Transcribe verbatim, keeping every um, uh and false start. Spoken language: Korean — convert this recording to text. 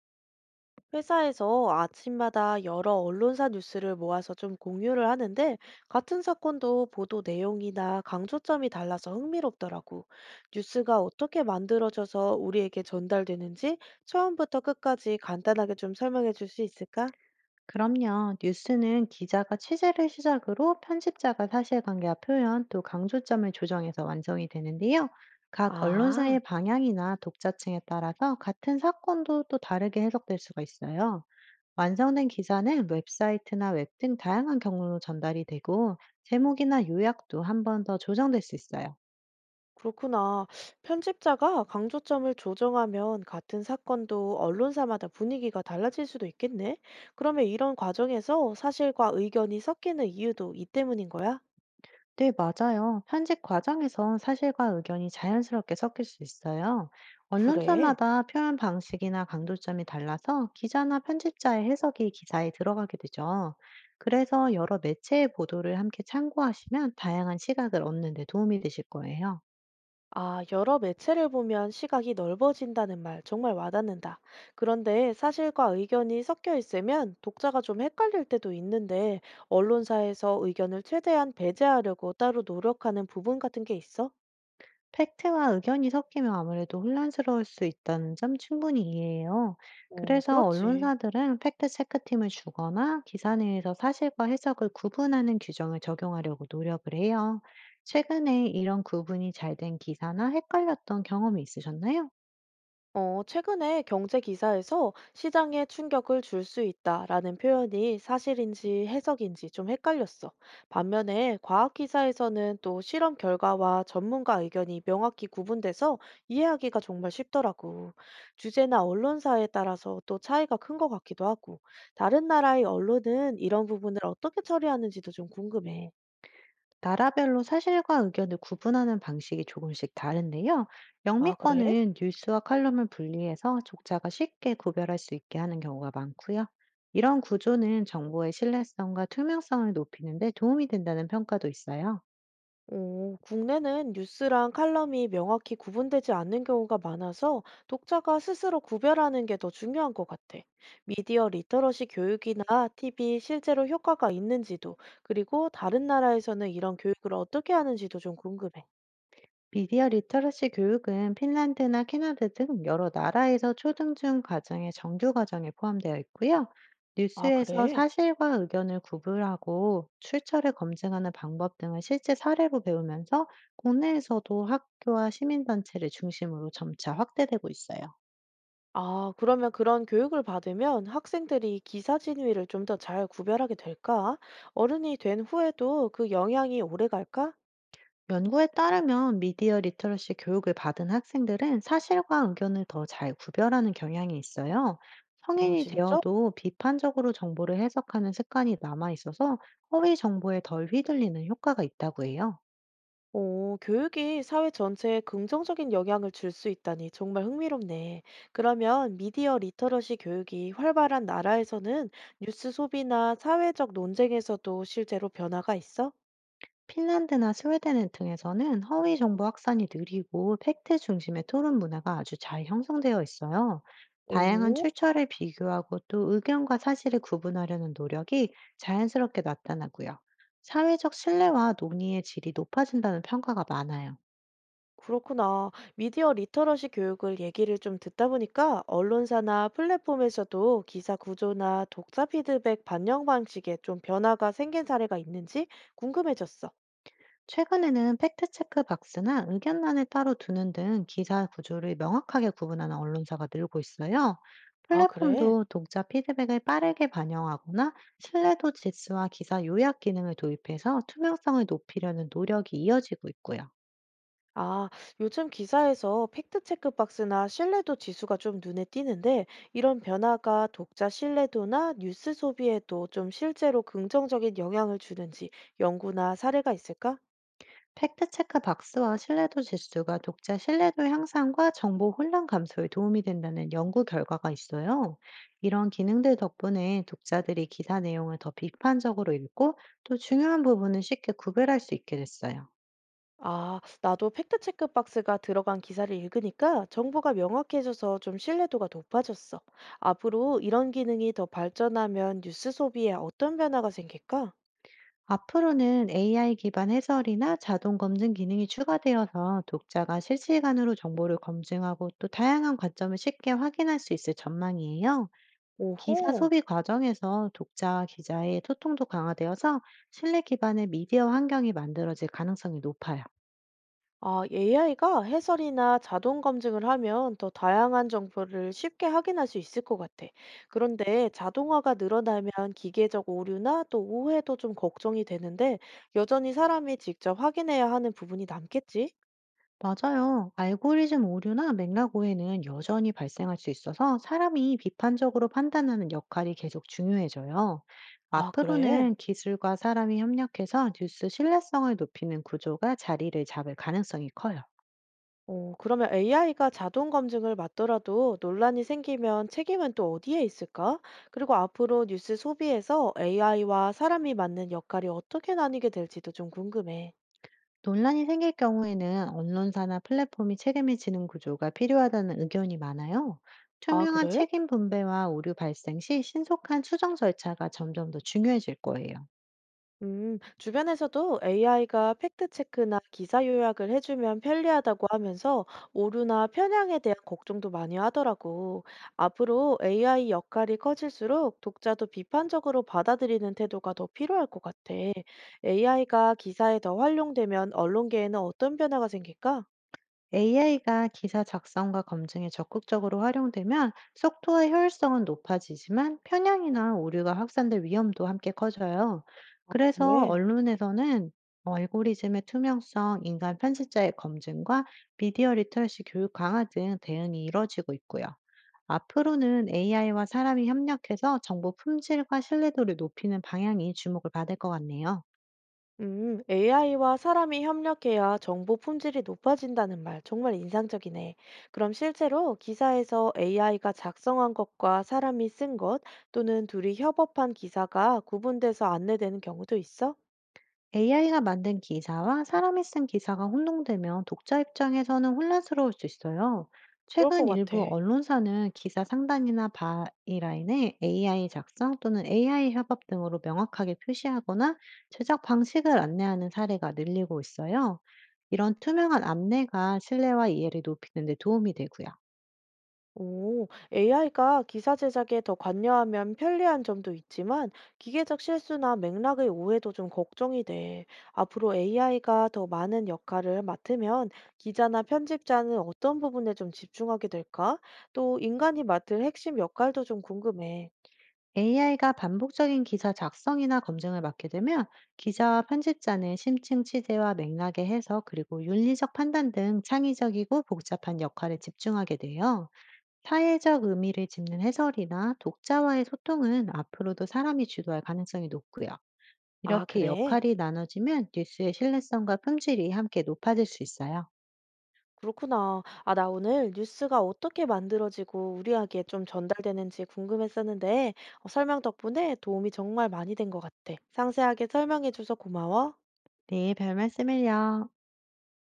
회사에서 아침마다 여러 언론사 뉴스를 모아서 좀 공유를 하는데 같은 사건도 보도 내용이나 강조점이 달라서 흥미롭더라고. 뉴스가 어떻게 만들어져서 우리에게 전달되는지 처음부터 끝까지 간단하게 좀 설명해 줄 수 있을까? 그럼요. 뉴스는 기자가 취재를 시작으로 편집자가 사실관계와 표현 또 강조점을 조정해서 완성이 되는데요. 각 아, 언론사의 방향이나 독자층에 따라서 같은 사건도 또 다르게 해석될 수가 있어요. 완성된 기사는 웹사이트나 웹 등 다양한 경로로 전달이 되고, 제목이나 요약도 한 번 더 조정될 수 있어요. 그렇구나. 편집자가 강조점을 조정하면 같은 사건도 언론사마다 분위기가 달라질 수도 있겠네. 그러면 이런 과정에서 사실과 의견이 섞이는 이유도 이 때문인 거야? 네, 맞아요. 현직 과정에선 사실과 의견이 자연스럽게 섞일 수 있어요. 그래? 언론사마다 표현 방식이나 강조점이 달라서 기자나 편집자의 해석이 기사에 들어가게 되죠. 그래서 여러 매체의 보도를 함께 참고하시면 다양한 시각을 얻는 데 도움이 되실 거예요. 아, 여러 매체를 보면 시각이 넓어진다는 말 정말 와닿는다. 그런데 사실과 의견이 섞여 있으면 독자가 좀 헷갈릴 때도 있는데, 언론사에서 의견을 최대한 배제하려고 따로 노력하는 부분 같은 게 있어? 팩트와 의견이 섞이면 아무래도 혼란스러울 수 있다는 점 충분히 이해해요. 어, 그래서 그렇지. 언론사들은 팩트체크팀을 주거나 기사 내에서 사실과 해석을 구분하는 규정을 적용하려고 노력을 해요. 최근에 이런 구분이 잘 된 기사나 헷갈렸던 경험이 있으셨나요? 어, 최근에 경제 기사에서 시장에 충격을 줄 수 있다라는 표현이 사실인지 해석인지 좀 헷갈렸어. 반면에 과학 기사에서는 또 실험 결과와 전문가 의견이 명확히 구분돼서 이해하기가 정말 쉽더라고. 주제나 언론사에 따라서 또 차이가 큰 것 같기도 하고. 다른 나라의 언론은 이런 부분을 어떻게 처리하는지도 좀 궁금해. 나라별로 사실과 의견을 구분하는 방식이 조금씩 다른데요. 아, 그래? 영미권은 뉴스와 칼럼을 분리해서 독자가 쉽게 구별할 수 있게 하는 경우가 많고요. 이런 구조는 정보의 신뢰성과 투명성을 높이는 데 도움이 된다는 평가도 있어요. 오, 국내는 뉴스랑 칼럼이 명확히 구분되지 않는 경우가 많아서 독자가 스스로 구별하는 게 더 중요한 것 같아. 미디어 리터러시 교육이나 티비 실제로 효과가 있는지도, 그리고 다른 나라에서는 이런 교육을 어떻게 하는지도 좀 궁금해. 미디어 리터러시 교육은 핀란드나 캐나다 등 여러 나라에서 초등중 과정의 정규 과정에 포함되어 있고요. 아, 뉴스에서 그래? 사실과 의견을 구분하고 출처를 검증하는 방법 등을 실제 사례로 배우면서 국내에서도 학교와 시민단체를 중심으로 점차 확대되고 있어요. 아, 그러면 그런 교육을 받으면 학생들이 기사 진위를 좀 더 잘 구별하게 될까? 어른이 된 후에도 그 영향이 오래 갈까? 연구에 따르면 미디어 리터러시 교육을 받은 학생들은 사실과 의견을 더 잘 구별하는 경향이 있어요. 어, 성인이 진짜? 되어도 비판적으로 정보를 해석하는 습관이 남아 있어서 허위 정보에 덜 휘둘리는 효과가 있다고 해요. 오, 교육이 사회 전체에 긍정적인 영향을 줄 수 있다니 정말 흥미롭네. 그러면 미디어 리터러시 교육이 활발한 나라에서는 뉴스 소비나 사회적 논쟁에서도 실제로 변화가 있어? 핀란드나 스웨덴 등에서는 허위 정보 확산이 느리고 팩트 중심의 토론 문화가 아주 잘 형성되어 있어요. 다양한 오, 출처를 비교하고 또 의견과 사실을 구분하려는 노력이 자연스럽게 나타나고요. 사회적 신뢰와 논의의 질이 높아진다는 평가가 많아요. 그렇구나. 미디어 리터러시 교육을 얘기를 좀 듣다 보니까 언론사나 플랫폼에서도 기사 구조나 독자 피드백 반영 방식에 좀 변화가 생긴 사례가 있는지 궁금해졌어. 최근에는 팩트체크 박스나 의견란을 따로 두는 등 기사 구조를 명확하게 구분하는 언론사가 늘고 있어요. 아, 그래? 플랫폼도 독자 피드백을 빠르게 반영하거나 신뢰도 지수와 기사 요약 기능을 도입해서 투명성을 높이려는 노력이 이어지고 있고요. 아, 요즘 기사에서 팩트체크 박스나 신뢰도 지수가 좀 눈에 띄는데, 이런 변화가 독자 신뢰도나 뉴스 소비에도 좀 실제로 긍정적인 영향을 주는지 연구나 사례가 있을까? 팩트체크 박스와 신뢰도 지수가 독자 신뢰도 향상과 정보 혼란 감소에 도움이 된다는 연구 결과가 있어요. 이런 기능들 덕분에 독자들이 기사 내용을 더 비판적으로 읽고 또 중요한 부분을 쉽게 구별할 수 있게 됐어요. 아, 나도 팩트체크 박스가 들어간 기사를 읽으니까 정보가 명확해져서 좀 신뢰도가 높아졌어. 앞으로 이런 기능이 더 발전하면 뉴스 소비에 어떤 변화가 생길까? 앞으로는 에이아이 기반 해설이나 자동 검증 기능이 추가되어서 독자가 실시간으로 정보를 검증하고 또 다양한 관점을 쉽게 확인할 수 있을 전망이에요. 기사 오호. 소비 과정에서 독자와 기자의 소통도 강화되어서 신뢰 기반의 미디어 환경이 만들어질 가능성이 높아요. 아, 에이아이가 해설이나 자동 검증을 하면 더 다양한 정보를 쉽게 확인할 수 있을 것 같아. 그런데 자동화가 늘어나면 기계적 오류나 또 오해도 좀 걱정이 되는데 여전히 사람이 직접 확인해야 하는 부분이 남겠지? 맞아요. 알고리즘 오류나 맥락 오해는 여전히 발생할 수 있어서 사람이 비판적으로 판단하는 역할이 계속 중요해져요. 아, 그래? 앞으로는 기술과 사람이 협력해서 뉴스 신뢰성을 높이는 구조가 자리를 잡을 가능성이 커요. 어, 그러면 에이아이가 자동 검증을 맡더라도 논란이 생기면 책임은 또 어디에 있을까? 그리고 앞으로 뉴스 소비에서 에이아이와 사람이 맡는 역할이 어떻게 나뉘게 될지도 좀 궁금해. 논란이 생길 경우에는 언론사나 플랫폼이 책임을 지는 구조가 필요하다는 의견이 많아요. 아, 투명한 그래? 책임 분배와 오류 발생 시 신속한 수정 절차가 점점 더 중요해질 거예요. 음, 주변에서도 에이아이가 팩트체크나 기사 요약을 해주면 편리하다고 하면서 오류나 편향에 대한 걱정도 많이 하더라고. 앞으로 에이아이 역할이 커질수록 독자도 비판적으로 받아들이는 태도가 더 필요할 것 같아. 에이아이가 기사에 더 활용되면 언론계에는 어떤 변화가 생길까? 에이아이가 기사 작성과 검증에 적극적으로 활용되면 속도와 효율성은 높아지지만 편향이나 오류가 확산될 위험도 함께 커져요. 그래서 왜? 언론에서는 알고리즘의 투명성, 인간 편집자의 검증과 미디어 리터러시 교육 강화 등 대응이 이뤄지고 있고요. 앞으로는 에이아이와 사람이 협력해서 정보 품질과 신뢰도를 높이는 방향이 주목을 받을 것 같네요. 음, 에이아이와 사람이 협력해야 정보 품질이 높아진다는 말 정말 인상적이네. 그럼 실제로 기사에서 에이아이가 작성한 것과 사람이 쓴 것 또는 둘이 협업한 기사가 구분돼서 안내되는 경우도 있어? 에이아이가 만든 기사와 사람이 쓴 기사가 혼동되면 독자 입장에서는 혼란스러울 수 있어요. 그럴 것 최근 같아. 일부 언론사는 기사 상단이나 바이라인에 에이아이 작성 또는 에이아이 협업 등으로 명확하게 표시하거나 제작 방식을 안내하는 사례가 늘리고 있어요. 이런 투명한 안내가 신뢰와 이해를 높이는 데 도움이 되고요. 오, 에이아이가 기사 제작에 더 관여하면 편리한 점도 있지만 기계적 실수나 맥락의 오해도 좀 걱정이 돼. 앞으로 에이아이가 더 많은 역할을 맡으면 기자나 편집자는 어떤 부분에 좀 집중하게 될까? 또 인간이 맡을 핵심 역할도 좀 궁금해. 에이아이가 반복적인 기사 작성이나 검증을 맡게 되면 기자와 편집자는 심층 취재와 맥락의 해석 그리고 윤리적 판단 등 창의적이고 복잡한 역할에 집중하게 돼요. 사회적 의미를 짚는 해설이나 독자와의 소통은 앞으로도 사람이 주도할 가능성이 높고요. 아, 이렇게 그래? 역할이 나눠지면 뉴스의 신뢰성과 품질이 함께 높아질 수 있어요. 그렇구나. 아, 나 오늘 뉴스가 어떻게 만들어지고 우리에게 좀 전달되는지 궁금했었는데 어, 설명 덕분에 도움이 정말 많이 된 것 같아. 상세하게 설명해줘서 고마워. 네, 별 말씀을요.